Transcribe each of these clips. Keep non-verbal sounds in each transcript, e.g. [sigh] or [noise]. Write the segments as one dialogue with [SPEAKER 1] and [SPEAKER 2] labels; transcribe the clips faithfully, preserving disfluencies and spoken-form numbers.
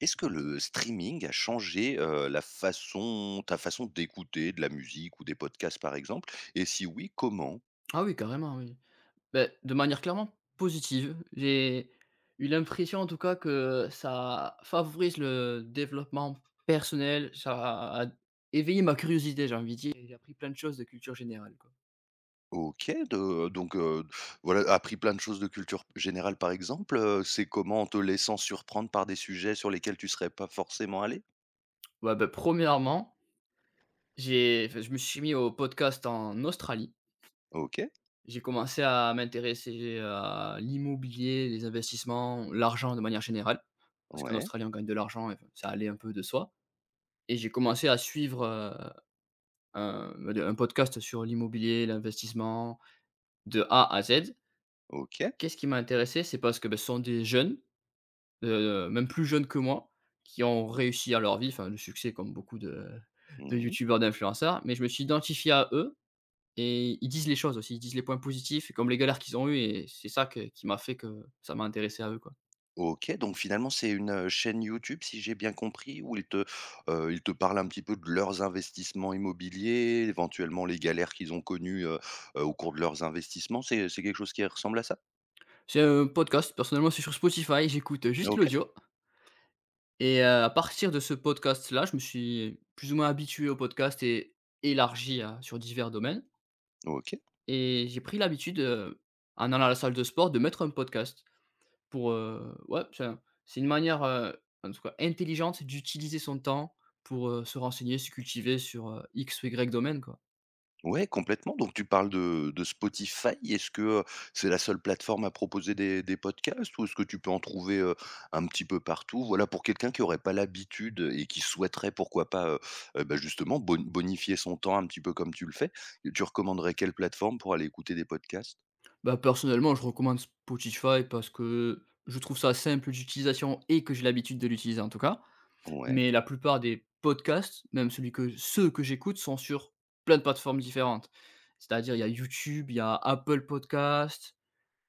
[SPEAKER 1] Est-ce que le streaming a changé, heu, la façon ta façon d'écouter de la musique ou des podcasts, par exemple? Et si oui, comment?
[SPEAKER 2] Ah oui, carrément, oui. Ben, de manière clairement positive. J'ai eu l'impression, en tout cas, que ça favorise le développement personnel. Ça a éveillé ma curiosité, j'ai envie de dire. Et j'ai appris plein de choses de culture générale, quoi.
[SPEAKER 1] OK, de donc, heu, voilà, appris plein de choses de culture générale, par exemple, heu, c'est comment? En te laissant surprendre par des sujets sur lesquels tu serais pas forcément allé?
[SPEAKER 2] Ouais, ben premièrement, j'ai enfin, je me suis mis au podcast en Australie.
[SPEAKER 1] OK,
[SPEAKER 2] J'ai commencé à m'intéresser à l'immobilier, les investissements, l'argent de manière générale. Parce qu'en
[SPEAKER 1] ouais,
[SPEAKER 2] Australie, on gagne de l'argent et enfin, ça allait un peu de soi. Et j'ai commencé à suivre, heu un un podcast sur l'immobilier, l'investissement, de A à Z.
[SPEAKER 1] OK.
[SPEAKER 2] Qu'est-ce qui m'a intéressé? C'est parce que, bah, ce sont des jeunes, heu, même plus jeunes que moi, qui ont réussi à leur vie, enfin, le succès, comme beaucoup de de
[SPEAKER 1] Mmh.
[SPEAKER 2] youtubeurs, d'influenceurs, mais je me suis identifié à eux et ils disent les choses aussi, ils disent les points positifs comme les galères qu'ils ont eues, et c'est ça que qui m'a fait, que ça m'a intéressé à eux, quoi.
[SPEAKER 1] OK, donc finalement, c'est une, heu, chaîne YouTube, si j'ai bien compris, où ils te, heu, ils te parlent un petit peu de leurs investissements immobiliers, éventuellement les galères qu'ils ont connues, heu heu, au cours de leurs investissements. C'est c'est quelque chose qui ressemble à ça?
[SPEAKER 2] C'est un podcast, personnellement, c'est sur Spotify, j'écoute juste
[SPEAKER 1] OK,
[SPEAKER 2] l'audio. Et heu, à partir de ce podcast-là, je me suis plus ou moins habitué au podcast et élargi à sur divers domaines,
[SPEAKER 1] OK.
[SPEAKER 2] et j'ai pris l'habitude, heu, en allant à la salle de sport, de mettre un podcast pour, heu, ouais, enfin, c'est une manière, heu, en tout cas intelligente, d'utiliser son temps pour, heu, se renseigner, se cultiver sur, heu, X ou Y domaine, quoi.
[SPEAKER 1] Ouais, complètement. Donc tu parles de de Spotify. Est-ce que, heu, c'est la seule plateforme à proposer des des podcasts ou est-ce que tu peux en trouver, heu, un petit peu partout? Voilà, pour quelqu'un qui aurait pas l'habitude et qui souhaiterait pourquoi pas, heu heu, bah, justement bon bonifier son temps un petit peu comme tu le fais. Tu recommanderais quelle plateforme pour aller écouter des podcasts?
[SPEAKER 2] Bah, personnellement, je recommande Spotify parce que je trouve ça simple d'utilisation et que j'ai l'habitude de l'utiliser en tout cas.
[SPEAKER 1] Ouais,
[SPEAKER 2] Mais la plupart des podcasts, même celui que ceux que j'écoute, sont sur plein de plateformes différentes. C'est-à-dire, il y a YouTube, il y a Apple Podcast,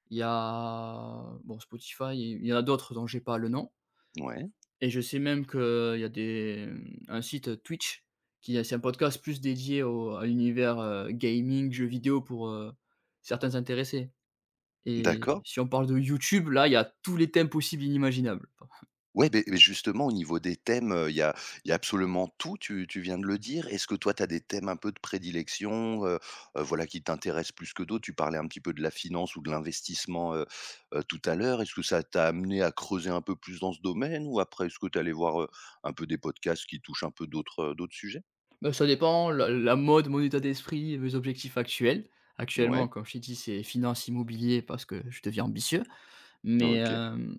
[SPEAKER 2] il y a, bon, Spotify, et il y en a d'autres dont j'ai pas le nom,
[SPEAKER 1] ouais,
[SPEAKER 2] et je sais même qu'il y a des, mmh, un site Twitch qui a c'est un podcast plus dédié au à l'univers, heu, gaming, jeux vidéo, pour, heu, certains intéressés, et
[SPEAKER 1] d'accord.
[SPEAKER 2] si on parle de YouTube, là, il y a tous les thèmes possibles et inimaginables.
[SPEAKER 1] Ouais, beh beh, justement au niveau des thèmes, heu, il y a il y a absolument tout, tu tu viens de le dire. Est-ce que toi tu as des thèmes un peu de prédilection, heu heu, voilà qui t'intéressent plus que d'autres? Tu parlais un petit peu de la finance ou de l'investissement, heu heu, tout à l'heure. Est-ce que ça t'a amené à creuser un peu plus dans ce domaine ou après est-ce que tu es allé voir, heu, un peu des podcasts qui touchent un peu d'autres, heu, d'autres sujets?
[SPEAKER 2] Bah, ça dépend, la la mode, mon état d'esprit, mes objectifs actuels.
[SPEAKER 1] Ouais,
[SPEAKER 2] Actuellement, comme je t'ai dit, c'est finance, immobilier, parce que je deviens ambitieux. Mais,
[SPEAKER 1] OK,
[SPEAKER 2] hem,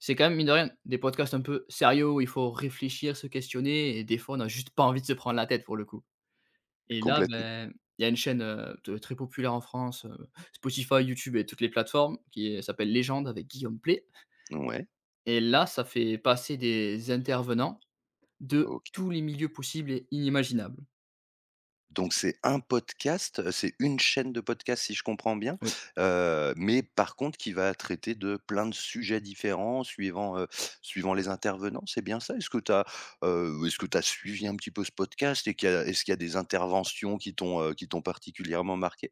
[SPEAKER 2] c'est quand même, mine de rien, des podcasts un peu sérieux où il faut réfléchir, se questionner, et des fois, on a juste pas envie de se prendre la tête pour le coup. Et là,
[SPEAKER 1] complètement.
[SPEAKER 2] ben, il y a une chaîne, heu, de très populaire en France, heu, Spotify, YouTube et toutes les plateformes, qui est s'appelle Légende, avec Guillaume Pley,
[SPEAKER 1] Ouais,
[SPEAKER 2] et là, ça fait passer des intervenants de
[SPEAKER 1] OK.
[SPEAKER 2] tous les milieux possibles et inimaginables.
[SPEAKER 1] Donc c'est un podcast, c'est une chaîne de podcast si je comprends bien,
[SPEAKER 2] Oui.
[SPEAKER 1] heu, mais par contre qui va traiter de plein de sujets différents suivant, heu, suivant les intervenants, c'est bien ça? Est-ce que tu as, heu, est-ce que tu as suivi un petit peu ce podcast et qu'il y a est-ce qu'il y a des interventions qui t'ont, heu, qui t'ont particulièrement marqué?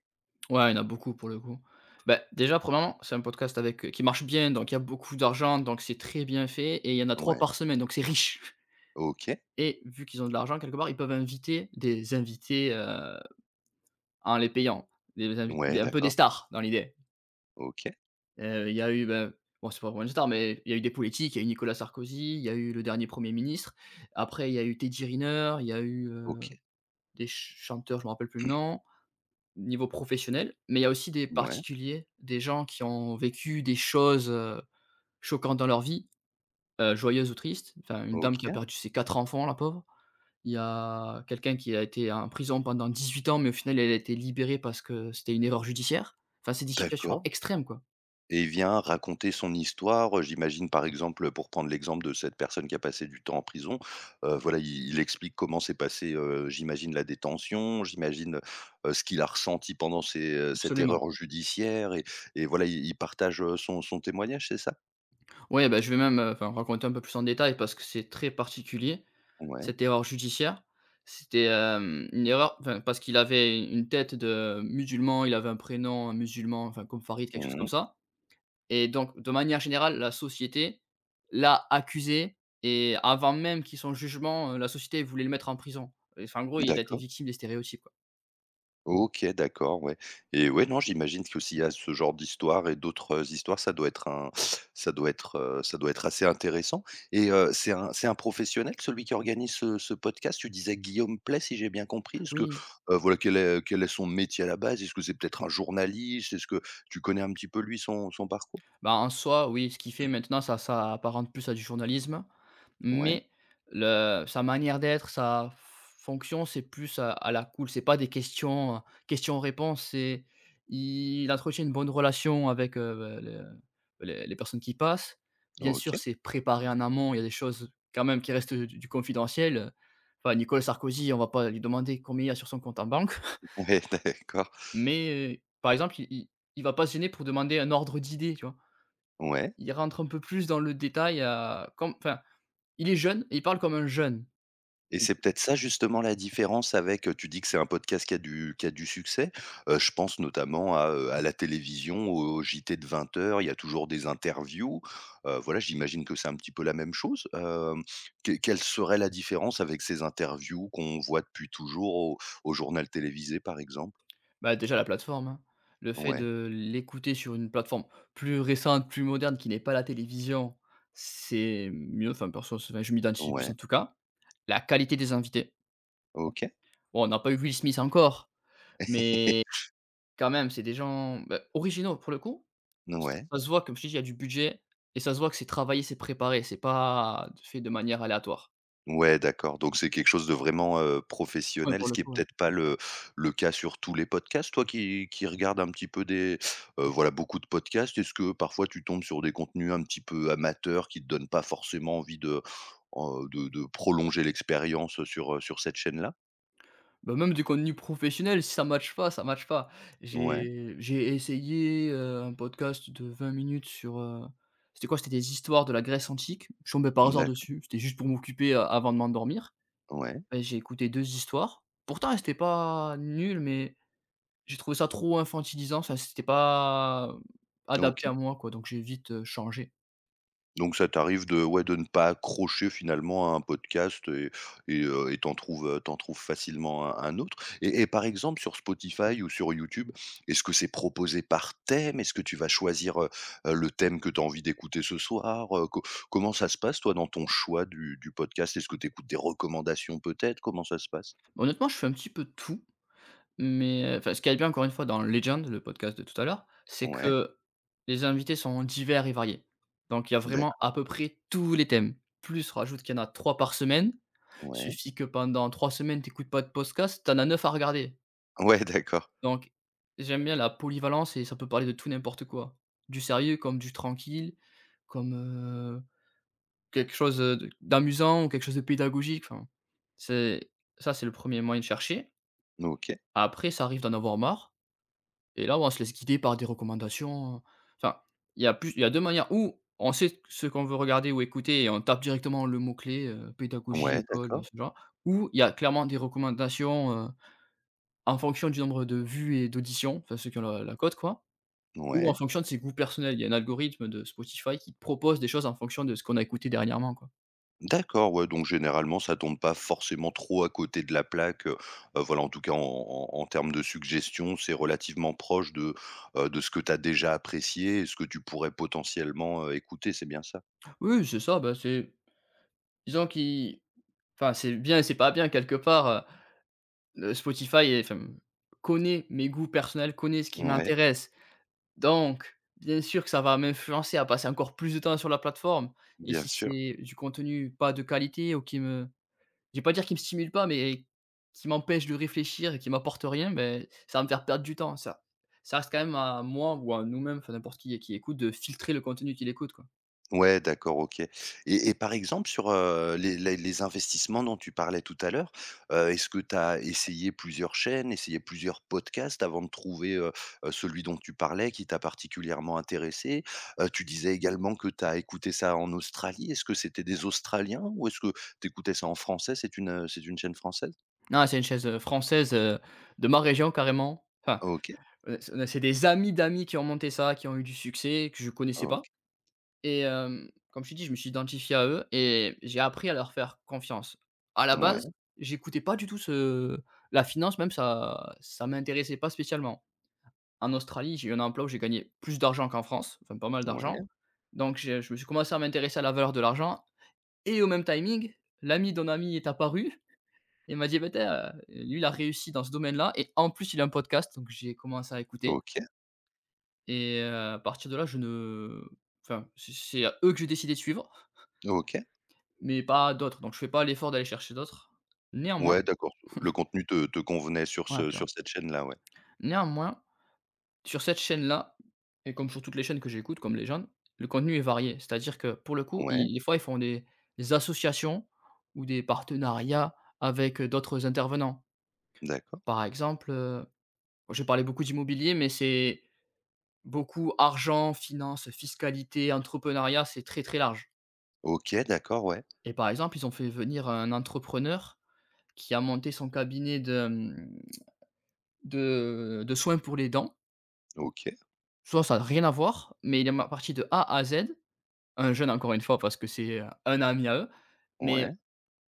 [SPEAKER 2] Ouais, il y en a beaucoup pour le coup. Bah, déjà, premièrement, c'est un podcast avec, heu, qui marche bien, donc il y a beaucoup d'argent, donc c'est très bien fait, et il y en a trois
[SPEAKER 1] Ouais,
[SPEAKER 2] par semaine, donc c'est riche.
[SPEAKER 1] OK.
[SPEAKER 2] [laughs] Et vu qu'ils ont de l'argent quelque part, ils peuvent inviter des invités, heu, en les payant. Des invi
[SPEAKER 1] Ouais,
[SPEAKER 2] des un peu des
[SPEAKER 1] d'accord.
[SPEAKER 2] stars dans l'idée.
[SPEAKER 1] OK,
[SPEAKER 2] Heu, il y a eu, ben, bon, c'est pas vraiment une star, mais il y a eu des politiques, il y a eu Nicolas Sarkozy, il y a eu le dernier premier ministre. Après, il y a eu Teddy Riner, il y a eu, heu,
[SPEAKER 1] OK.
[SPEAKER 2] des ch chanteurs, je me rappelle plus le nom. Niveau professionnel, mais il y a aussi des
[SPEAKER 1] Mmh, ouais,
[SPEAKER 2] particuliers, des gens qui ont vécu des choses, heu, choquantes dans leur vie, heu, joyeuses ou tristes. Enfin, une dame qui a
[SPEAKER 1] OK,
[SPEAKER 2] perdu ses quatre enfants, la pauvre. Il y a quelqu'un qui a été en prison pendant dix-huit ans, mais au final, elle a été libérée parce que c'était une erreur judiciaire. Enfin, c'est des situations
[SPEAKER 1] d'accord.
[SPEAKER 2] extrêmes, quoi.
[SPEAKER 1] Et vient raconter son histoire. Euh, j'imagine par exemple, pour prendre l'exemple de cette personne qui a passé du temps en prison, heu, voilà, il il explique comment s'est passée, heu, j'imagine la détention, j'imagine, heu, ce qu'il a ressenti pendant ces, heu, cette
[SPEAKER 2] Absolument.
[SPEAKER 1] erreur judiciaire et et voilà, il il partage, heu, son son témoignage, c'est ça?
[SPEAKER 2] Ouais, bah, je vais même, heu, enfin, raconter un peu plus en détail parce que c'est très particulier.
[SPEAKER 1] Ouais.
[SPEAKER 2] Cette erreur judiciaire, c'était, hem, une erreur, enfin, parce qu'il avait une tête de musulman, il avait un prénom musulman, enfin, comme Farid, quelque chose comme
[SPEAKER 1] Mmh.
[SPEAKER 2] ça, et donc de manière générale, la société l'a accusé, et avant même qu'il ait son jugement, heu, la société voulait le mettre en prison, et enfin, en gros, il a été
[SPEAKER 1] D'accord.
[SPEAKER 2] victime des stéréotypes, quoi.
[SPEAKER 1] OK, d'accord, ouais et ouais, non, j'imagine qu'aussi à ce genre d'histoire et d'autres, heu, histoires, ça doit être un ça doit être, heu, ça doit être assez intéressant et heu, c'est un c'est un professionnel, celui qui organise ce ce podcast? Tu disais Guillaume Pley, si j'ai bien compris. Est-ce que,
[SPEAKER 2] Oui.
[SPEAKER 1] heu, voilà, quel est quel est son métier à la base? Est-ce que c'est peut-être un journaliste? Est-ce que tu connais un petit peu lui, son son parcours?
[SPEAKER 2] Bah, en soi, oui, ce qu'il fait maintenant, ça ça apparente plus à du journalisme,
[SPEAKER 1] Ouais,
[SPEAKER 2] mais le sa manière d'être, sa fonction, c'est plus à à la cool. C'est pas des questions, heu, questions-réponses, c'est il entretient une bonne relation avec, heu, bah, les, les les personnes qui passent. Bien sûr,
[SPEAKER 1] OK.
[SPEAKER 2] c'est préparé en amont, il y a des choses quand même qui restent du du confidentiel, enfin, Nicolas Sarkozy, on va pas lui demander combien il y a sur son compte en banque. [laughs]
[SPEAKER 1] Ouais, [laughs] d'accord.
[SPEAKER 2] Mais euh, par exemple, il il il va pas se gêner pour demander un ordre d'idées, tu vois?
[SPEAKER 1] Ouais.
[SPEAKER 2] Il rentre un peu plus dans le détail, à, comme enfin, il est jeune et il parle comme un jeune.
[SPEAKER 1] Et
[SPEAKER 2] Et
[SPEAKER 1] c'est peut-être ça justement la différence avec, heu, tu dis que c'est un podcast qui a du qui a du succès. Heu, je pense notamment à, heu, à la télévision, au J T de vingt heures. Il y a toujours des interviews. Heu, voilà, j'imagine que c'est un petit peu la même chose. Hem, que quelle serait la différence avec ces interviews qu'on voit depuis toujours au au journal télévisé, par exemple?
[SPEAKER 2] bah, déjà, la plateforme, hein. Le fait
[SPEAKER 1] Ouais,
[SPEAKER 2] de l'écouter sur une plateforme plus récente, plus moderne, qui n'est pas la télévision, c'est mieux. Enfin, perso, c'est enfin, je m'identifie plus
[SPEAKER 1] ouais,
[SPEAKER 2] en tout cas. La qualité des invités.
[SPEAKER 1] OK.
[SPEAKER 2] Bon, on n'a pas eu Will Smith encore, mais
[SPEAKER 1] [laughs]
[SPEAKER 2] quand même, c'est des gens, bah, originaux pour le coup. Ça
[SPEAKER 1] Ouais.
[SPEAKER 2] ça se voit, comme je t'ai dit, il y a du budget, et ça se voit que c'est travaillé, c'est préparé, c'est pas fait de manière aléatoire.
[SPEAKER 1] Ouais, d'accord, donc c'est quelque chose de vraiment, heu,
[SPEAKER 2] Ouais,
[SPEAKER 1] professionnel,
[SPEAKER 2] pour
[SPEAKER 1] ce
[SPEAKER 2] le
[SPEAKER 1] qui est
[SPEAKER 2] coup, ouais.
[SPEAKER 1] peut-être pas le le cas sur tous les podcasts. Toi qui qui regardes un petit peu des, heu, voilà, beaucoup de podcasts, est-ce que parfois tu tombes sur des contenus un petit peu amateurs qui te donnent pas forcément envie de, heu, de de prolonger l'expérience, sur, heu, sur cette chaîne-là?
[SPEAKER 2] Bah, même du contenu professionnel, si ça matche pas, ça matche pas.
[SPEAKER 1] Ouais,
[SPEAKER 2] J'ai j'ai essayé, heu, un podcast de vingt minutes sur, heu, c'était quoi? C'était des histoires de la Grèce antique. Je tombais par hasard
[SPEAKER 1] d'accord,
[SPEAKER 2] dessus, c'était juste pour m'occuper a avant de m'endormir,
[SPEAKER 1] ouais,
[SPEAKER 2] et j'ai écouté deux histoires. Pourtant, elles étaient pas nulles, mais j'ai trouvé ça trop infantilisant, ça c'était pas adapté
[SPEAKER 1] OK.
[SPEAKER 2] à moi, quoi, donc j'ai vite, heu, changé.
[SPEAKER 1] Donc ça t'arrive de ouais, de ne pas accrocher finalement à un podcast et et heu et t'en trouves, heu, t'en trouves facilement un un autre et et par exemple sur Spotify ou sur YouTube, est-ce que c'est proposé par thème? Est-ce que tu vas choisir, heu heu, le thème que tu as envie d'écouter ce soir? Heu, co comment ça se passe toi dans ton choix du du podcast? Est-ce que tu écoutes des recommandations peut-être? Comment ça se passe?
[SPEAKER 2] Honnêtement, je fais un petit peu de tout. Mais, euh, enfin, ce qu'il y a bien, encore une fois, dans Legend, le podcast de tout à l'heure, c'est
[SPEAKER 1] Ouais,
[SPEAKER 2] que les invités sont divers et variés. Donc il y a vraiment
[SPEAKER 1] d'accord,
[SPEAKER 2] à peu près tous les thèmes. Plus, rajoute qu'il y en a trois par semaine.
[SPEAKER 1] ouais.
[SPEAKER 2] Suffit que pendant trois semaines, tu pas de podcast, tu en as neuf à regarder.
[SPEAKER 1] Ouais d'accord.
[SPEAKER 2] Donc j'aime bien la polyvalence, et ça peut parler de tout, n'importe quoi. Du sérieux comme du tranquille, comme, heu, quelque chose, de d'amusant, ou quelque chose de pédagogique, enfin, c'est ça, c'est le premier moyen de chercher.
[SPEAKER 1] OK.
[SPEAKER 2] Après, ça arrive d'en avoir marre. Et là, ouais, on se laisse guider par des recommandations. Enfin, il y a plus il y a deux manières. Ou on sait ce qu'on veut regarder ou écouter et on tape directement le mot-clé, heu, pédagogie,
[SPEAKER 1] Ouais
[SPEAKER 2] école,
[SPEAKER 1] d'accord.
[SPEAKER 2] ce genre. Ou il y a clairement des recommandations, heu, en fonction du nombre de vues et d'auditions, enfin ceux qui ont la la cote, quoi, ou en
[SPEAKER 1] Ouais.
[SPEAKER 2] fonction de ses goûts personnels. Il y a un algorithme de Spotify qui te propose des choses en fonction de ce qu'on a écouté dernièrement, quoi.
[SPEAKER 1] D'accord, ouais, donc généralement, ça tombe pas forcément trop à côté de la plaque, heu, heu, voilà, en tout cas, en en en termes de suggestions, c'est relativement proche de, heu, de ce que tu as déjà apprécié et ce que tu pourrais potentiellement, heu, écouter, c'est bien ça?
[SPEAKER 2] Oui, c'est ça, bah, c'est disons qu'il enfin, c'est bien et c'est pas bien quelque part, heu, le Spotify, et enfin, connaît mes goûts personnels, connaît ce qui
[SPEAKER 1] Ouais,
[SPEAKER 2] m'intéresse. Donc, bien sûr que ça va m'influencer à passer encore plus de temps sur la plateforme, et
[SPEAKER 1] bien
[SPEAKER 2] si
[SPEAKER 1] sûr.
[SPEAKER 2] c'est du contenu pas de qualité ou qui me je vais pas dire qui me stimule pas, mais qui m'empêche de réfléchir et qui m'apporte rien, ben ça va me faire perdre du temps. Ça ça reste quand même à moi, ou à nous-mêmes, enfin n'importe qui qui écoute, de filtrer le contenu qu'il écoute, quoi.
[SPEAKER 1] Ouais, d'accord, OK. Et et par exemple sur, heu, les les les investissements dont tu parlais tout à l'heure, heu, est-ce que tu as essayé plusieurs chaînes, essayé plusieurs podcasts avant de trouver, heu heu, celui dont tu parlais qui t'a particulièrement intéressé? Heu, tu disais également que tu as écouté ça en Australie. Est-ce que c'était des Australiens ou est-ce que tu écoutais ça en français? C'est une, heu, c'est une chaîne française?
[SPEAKER 2] Non, c'est une chaise heu, française, heu, de ma région carrément. Enfin,
[SPEAKER 1] OK,
[SPEAKER 2] heu, c'est c'est des amis d'amis qui ont monté ça, qui ont eu du succès, que je connaissais pas.
[SPEAKER 1] OK.
[SPEAKER 2] Et hem, comme je t'ai dit, je me suis identifié à eux et j'ai appris à leur faire confiance. À la
[SPEAKER 1] Ouais,
[SPEAKER 2] base, j'écoutais pas du tout ce la finance, même ça ça m'intéressait pas spécialement. En Australie, j'ai eu un emploi où j'ai gagné plus d'argent qu'en France, enfin pas mal d'argent.
[SPEAKER 1] ouais.
[SPEAKER 2] Donc j'ai je me suis commencé à m'intéresser à la valeur de l'argent, et au même timing, l'ami d'un ami est apparu et m'a dit: «Bah tu sais, lui il a réussi dans ce domaine-là et en plus il a un podcast», donc j'ai commencé à écouter,
[SPEAKER 1] OK,
[SPEAKER 2] et heu, à partir de là, je ne enfin, c'est c'est, heu, eux que j'ai décidé de suivre.
[SPEAKER 1] OK.
[SPEAKER 2] Mais pas d'autres, donc je fais pas l'effort d'aller chercher d'autres. Néanmoins.
[SPEAKER 1] Ouais, d'accord. Le contenu te te convenait sur
[SPEAKER 2] Ouais,
[SPEAKER 1] ce sur
[SPEAKER 2] clairement.
[SPEAKER 1] cette chaîne-là, ouais.
[SPEAKER 2] Néanmoins, sur cette chaîne-là et comme sur toutes les chaînes que j'écoute, comme les jeunes, le contenu est varié. C'est-à-dire que pour le coup,
[SPEAKER 1] Ouais,
[SPEAKER 2] ils des fois, ils font des des associations ou des partenariats avec, heu, d'autres intervenants.
[SPEAKER 1] d'accord.
[SPEAKER 2] Par exemple, heu, j'ai parlé beaucoup d'immobilier, mais c'est beaucoup argent, finances, fiscalité, entrepreneuriat, c'est très, très large.
[SPEAKER 1] OK, d'accord, ouais.
[SPEAKER 2] Et par exemple, ils ont fait venir un entrepreneur qui a monté son cabinet de, mmh De de soins pour les dents.
[SPEAKER 1] OK,
[SPEAKER 2] Tu vois, ça a rien à voir, mais il est ma parti de A à Z. Un jeune, encore une fois, parce que c'est, heu, un ami à eux, mais
[SPEAKER 1] ouais,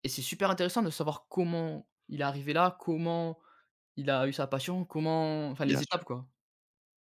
[SPEAKER 2] et c'est super intéressant de savoir comment il est arrivé là, comment il a eu sa passion, comment, enfin,
[SPEAKER 1] bien
[SPEAKER 2] les
[SPEAKER 1] sûr,
[SPEAKER 2] étapes quoi.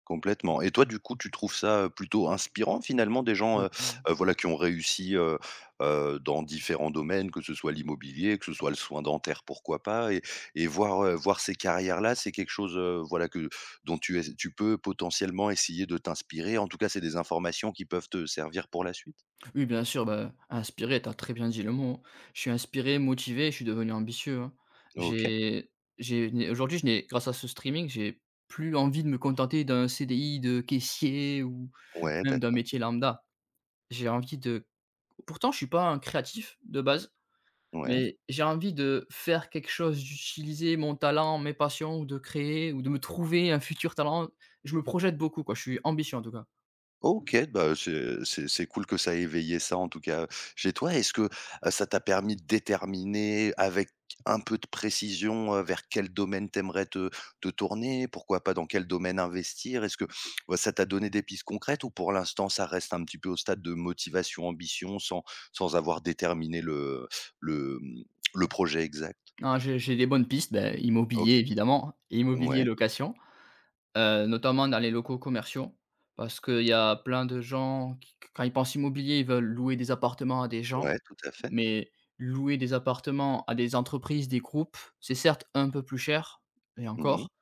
[SPEAKER 1] complètement. Et toi, du coup, tu trouves ça, heu, plutôt inspirant finalement des gens,
[SPEAKER 2] Oui,
[SPEAKER 1] heu
[SPEAKER 2] clairement.
[SPEAKER 1] heu, voilà qui ont réussi, heu heu, dans différents domaines, que ce soit l'immobilier, que ce soit le soin dentaire, pourquoi pas? Et et voir, heu, voir ces carrières-là, c'est quelque chose, heu, voilà que dont tu es tu peux potentiellement essayer de t'inspirer. En tout cas, c'est des informations qui peuvent te servir pour la suite?
[SPEAKER 2] Oui, bien sûr, bah, inspiré, tu as très bien dit le mot. Je suis inspiré, motivé, je suis devenu ambitieux, hein.
[SPEAKER 1] OK,
[SPEAKER 2] J'ai j'ai aujourd'hui je n'ai grâce à ce streaming, j'ai plus envie de me contenter d'un C D I de caissier ou
[SPEAKER 1] ouais,
[SPEAKER 2] même d'un
[SPEAKER 1] d'accord,
[SPEAKER 2] métier lambda. J'ai envie de, pourtant je suis pas un créatif de base,
[SPEAKER 1] ouais.
[SPEAKER 2] mais j'ai envie de faire quelque chose, d'utiliser mon talent, mes passions ou de créer ou de me trouver un futur talent. Je me projette beaucoup quoi, je suis ambitieux en tout cas.
[SPEAKER 1] OK, bah, c'est c'est c'est cool que ça ait éveillé ça en tout cas, chez toi. Est-ce que, heu, ça t'a permis de déterminer avec un peu de précision, heu, vers quel domaine t'aimerais te te tourner? Pourquoi pas dans quel domaine investir? Est-ce que, ouais, ça t'a donné des pistes concrètes ou pour l'instant ça reste un petit peu au stade de motivation, ambition sans sans avoir déterminé le le, mmh, le projet exact?
[SPEAKER 2] Non, j'ai j'ai des bonnes pistes, beh,
[SPEAKER 1] OK.
[SPEAKER 2] immobilier évidemment, et immobilier,
[SPEAKER 1] Ouais,
[SPEAKER 2] location, heu, notamment dans les locaux commerciaux, parce qu'il y a plein de gens qui, quand ils pensent immobilier, ils veulent louer des appartements à des gens,
[SPEAKER 1] ouais, tout à fait.
[SPEAKER 2] mais louer des appartements à des entreprises, des groupes, c'est certes un peu plus cher, et
[SPEAKER 1] Mmh mh.
[SPEAKER 2] encore.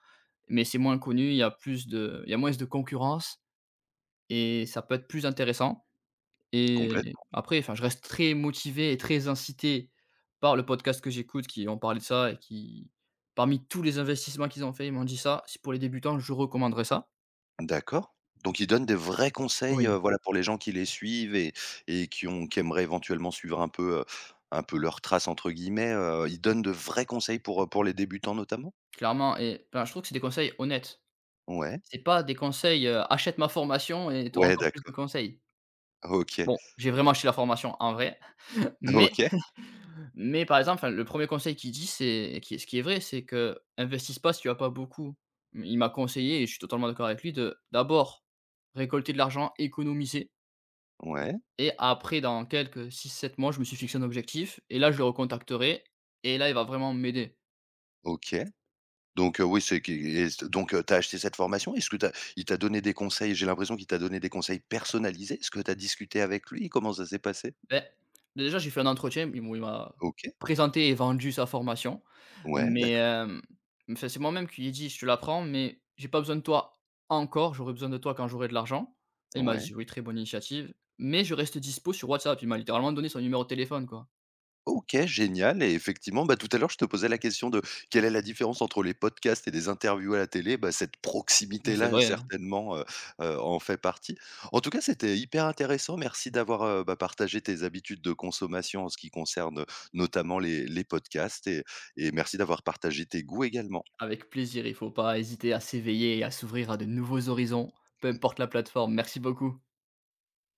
[SPEAKER 2] Mais c'est moins connu, il y a plus de il y a moins de concurrence et ça peut être plus intéressant. Et après, enfin, je reste très motivé et très incité par le podcast que j'écoute qui ont parlé de ça et qui, parmi tous les investissements qu'ils ont fait, ils m'ont dit ça: «Si, pour les débutants, je recommanderais ça».
[SPEAKER 1] D'accord. Donc il donne des vrais conseils, heu,
[SPEAKER 2] Oui.
[SPEAKER 1] voilà, pour les gens qui les suivent et et qui ont qui aimeraient éventuellement suivre un peu, heu, un peu «leurs traces» entre guillemets, heu, il donne de vrais conseils pour, heu, pour les débutants notamment?
[SPEAKER 2] Clairement et enfin, je trouve que c'est des conseils honnêtes.
[SPEAKER 1] Ouais.
[SPEAKER 2] C'est pas des conseils, heu: «Achète ma formation et tu auras
[SPEAKER 1] Ouais,
[SPEAKER 2] encore plus de
[SPEAKER 1] d'accord.
[SPEAKER 2] conseils».
[SPEAKER 1] OK.
[SPEAKER 2] Bon, j'ai vraiment acheté la formation en vrai, [laughs] mais.
[SPEAKER 1] OK.
[SPEAKER 2] Mais par exemple, enfin, le premier conseil qu'il dit, c'est qui ce qui est vrai, c'est que qu'investisse pas si tu as pas beaucoup. Il m'a conseillé et je suis totalement d'accord avec lui de d'abord récolter de l'argent, économiser,
[SPEAKER 1] Ouais.
[SPEAKER 2] et après dans quelques six, sept mois, je me suis fixé un objectif et là je le recontacterai, et là il va vraiment m'aider.
[SPEAKER 1] OK. Donc, heu, oui, c'est qui et c donc, heu, tu as acheté cette formation? Est-ce que t'as, il t'a donné des conseils? J'ai l'impression qu'il t'a donné des conseils personnalisés. Est-ce que tu as discuté avec lui? Comment ça s'est passé?
[SPEAKER 2] Beh, déjà, j'ai fait un entretien, ils m'ont il m'a
[SPEAKER 1] OK.
[SPEAKER 2] présenté et vendu sa formation.
[SPEAKER 1] Ouais,
[SPEAKER 2] Mais,
[SPEAKER 1] d'accord.
[SPEAKER 2] hem, enfin, c'est moi-même qui lui ai dit: «Je te la prends, mais j'ai pas besoin de toi encore, j'aurai besoin de toi quand j'aurai de l'argent». Et il m'a
[SPEAKER 1] Ouais.
[SPEAKER 2] dit: «Oui, très bonne initiative, mais je reste dispo sur WhatsApp». Il m'a littéralement donné son numéro de téléphone, quoi.
[SPEAKER 1] OK, génial et effectivement, bah, tout à l'heure, je te posais la question de quelle est la différence entre les podcasts et des interviews à la télé? Bah, cette
[SPEAKER 2] Ouais. C'est
[SPEAKER 1] proximité-là,
[SPEAKER 2] vrai, hein,
[SPEAKER 1] certainement, heu heu, en fait partie. En tout cas, c'était hyper intéressant. Merci d'avoir, heu, bah, partagé tes habitudes de consommation en ce qui concerne, notamment les les podcasts et et merci d'avoir partagé tes goûts également.
[SPEAKER 2] avec plaisir, il faut pas hésiter à s'éveiller et à s'ouvrir à de nouveaux horizons, peu importe la plateforme. Merci beaucoup.